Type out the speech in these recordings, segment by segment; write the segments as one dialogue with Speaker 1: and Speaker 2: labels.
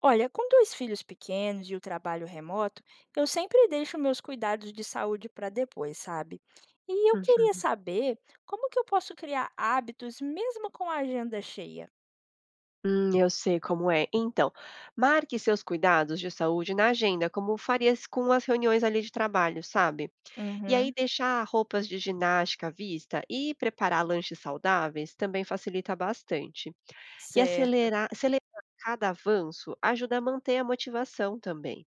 Speaker 1: Olha, com dois filhos pequenos e o trabalho remoto, eu sempre deixo meus cuidados de saúde para depois, sabe? E eu queria
Speaker 2: Uhum.
Speaker 1: saber como que eu posso criar hábitos mesmo com a agenda cheia.
Speaker 2: Eu sei como é. Então, marque seus cuidados de saúde na agenda, como faria com as reuniões ali de trabalho, sabe? E aí,
Speaker 1: Uhum,
Speaker 2: deixar roupas de ginástica à vista e preparar lanches saudáveis também facilita bastante. E
Speaker 1: certo.
Speaker 2: acelerar cada avanço ajuda a manter a motivação também.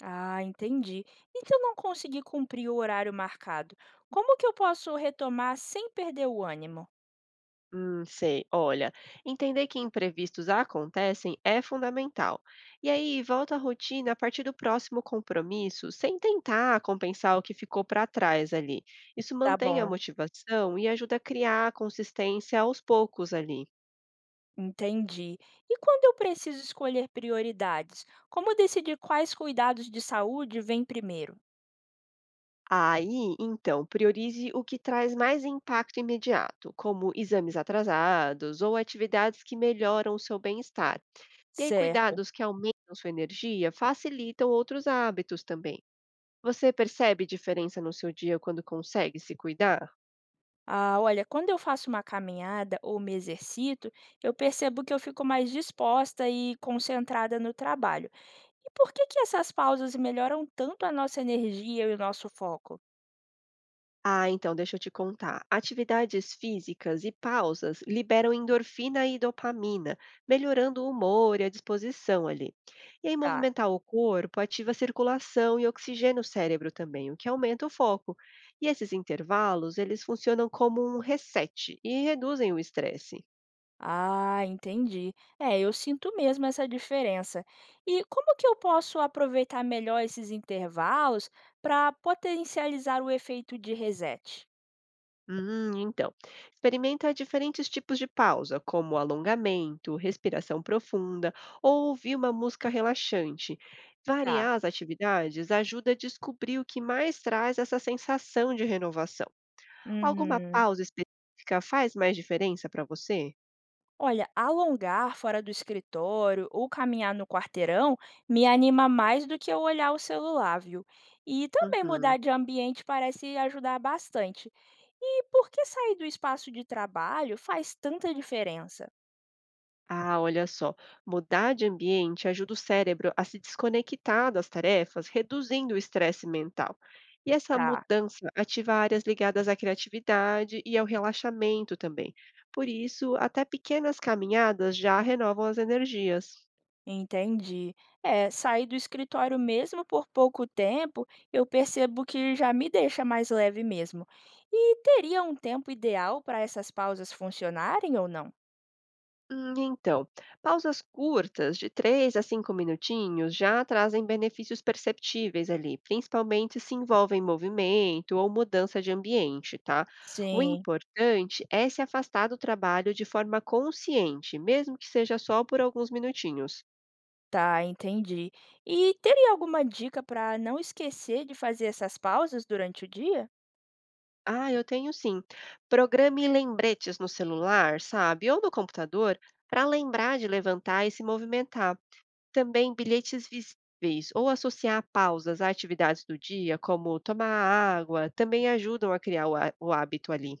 Speaker 1: Ah, entendi. E se eu não conseguir cumprir o horário marcado, como que eu posso retomar sem perder o ânimo?
Speaker 2: Sei. Olha, entender que imprevistos acontecem é fundamental. E aí, volta à rotina a partir do próximo compromisso, sem tentar compensar o que ficou para trás ali. Isso
Speaker 1: Tá
Speaker 2: mantém a
Speaker 1: bom,
Speaker 2: motivação e ajuda a criar a consistência aos poucos ali.
Speaker 1: entendi. E quando eu preciso escolher prioridades, como decidir quais cuidados de saúde vêm primeiro?
Speaker 2: Aí, então, priorize o que traz mais impacto imediato, como exames atrasados ou atividades que melhoram o seu bem-estar. E aí,
Speaker 1: Certo.
Speaker 2: cuidados que aumentam sua energia facilitam outros hábitos também. Você percebe diferença no seu dia quando consegue se cuidar?
Speaker 1: Ah, olha, quando eu faço uma caminhada ou me exercito, eu percebo que eu fico mais disposta e concentrada no trabalho. E por que que essas pausas melhoram tanto a nossa energia e o nosso foco?
Speaker 2: Ah, então deixa eu te contar. Atividades físicas e pausas liberam endorfina e dopamina, melhorando o humor e a disposição ali. E aí,
Speaker 1: Tá.
Speaker 2: movimentar o corpo ativa a circulação e oxigena o cérebro também, o que aumenta o foco. E esses intervalos, eles funcionam como um reset e reduzem o estresse.
Speaker 1: Ah, entendi. É, eu sinto mesmo essa diferença. E como que eu posso aproveitar melhor esses intervalos para potencializar o efeito de reset?
Speaker 2: Então, experimenta diferentes tipos de pausa, como alongamento, respiração profunda ou ouvir uma música relaxante.
Speaker 1: Tá.
Speaker 2: Variar as atividades ajuda a descobrir o que mais traz essa sensação de renovação. Alguma
Speaker 1: Uhum.
Speaker 2: pausa específica faz mais diferença para você?
Speaker 1: Olha, alongar fora do escritório ou caminhar no quarteirão me anima mais do que eu olhar o celular, viu? E também mudar
Speaker 2: Uhum.
Speaker 1: de ambiente parece ajudar bastante. E por que sair do espaço de trabalho faz tanta diferença?
Speaker 2: Ah, olha só. Mudar de ambiente ajuda o cérebro a se desconectar das tarefas, reduzindo o estresse mental. E essa
Speaker 1: Tá,
Speaker 2: mudança ativa áreas ligadas à criatividade e ao relaxamento também. Por isso, até pequenas caminhadas já renovam as energias.
Speaker 1: entendi. É, sair do escritório mesmo por pouco tempo, eu percebo que já me deixa mais leve mesmo. E teria um tempo ideal para essas pausas funcionarem ou não?
Speaker 2: Então, pausas curtas de 3 a 5 minutinhos já trazem benefícios perceptíveis ali, principalmente se envolvem movimento ou mudança de ambiente, tá? O
Speaker 1: Sim.
Speaker 2: importante é se afastar do trabalho de forma consciente, mesmo que seja só por alguns minutinhos.
Speaker 1: Tá, entendi. E teria alguma dica para não esquecer de fazer essas pausas durante o dia?
Speaker 2: Ah, eu tenho sim. Programe lembretes no celular, sabe? Ou no computador, para lembrar de levantar e se movimentar. Também bilhetes visíveis ou associar pausas a atividades do dia, como tomar água, também ajudam a criar o o hábito ali.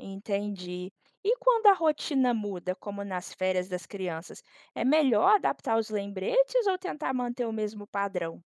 Speaker 1: Entendi. E quando a rotina muda, como nas férias das crianças, é melhor adaptar os lembretes ou tentar manter o mesmo padrão?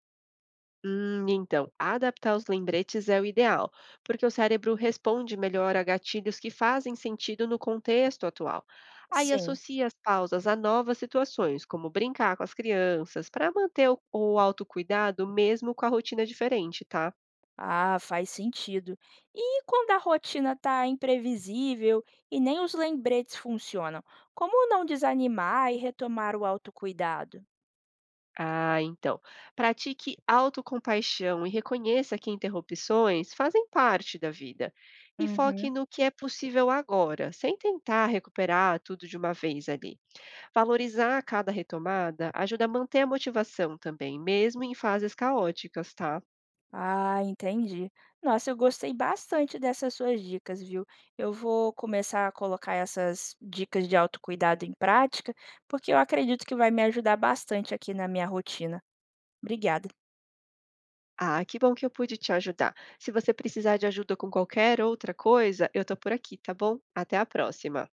Speaker 2: Então, adaptar os lembretes é o ideal, porque o cérebro responde melhor a gatilhos que fazem sentido no contexto atual. Aí
Speaker 1: Sim.
Speaker 2: associa as pausas a novas situações, como brincar com as crianças, para manter o autocuidado mesmo com a rotina diferente, tá?
Speaker 1: Ah, faz sentido. E quando a rotina está imprevisível e nem os lembretes funcionam, como não desanimar e retomar o autocuidado?
Speaker 2: Ah, então. Pratique autocompaixão e reconheça que interrupções fazem parte da vida. E foque
Speaker 1: Uhum.
Speaker 2: no que é possível agora, sem tentar recuperar tudo de uma vez ali. Valorizar cada retomada ajuda a manter a motivação também, mesmo em fases caóticas, tá?
Speaker 1: Ah, entendi. Nossa, eu gostei bastante dessas suas dicas, viu? Eu vou começar a colocar essas dicas de autocuidado em prática, porque eu acredito que vai me ajudar bastante aqui na minha rotina. Obrigada.
Speaker 2: Ah, que bom que eu pude te ajudar. Se você precisar de ajuda com qualquer outra coisa, eu tô por aqui, tá bom? Até a próxima.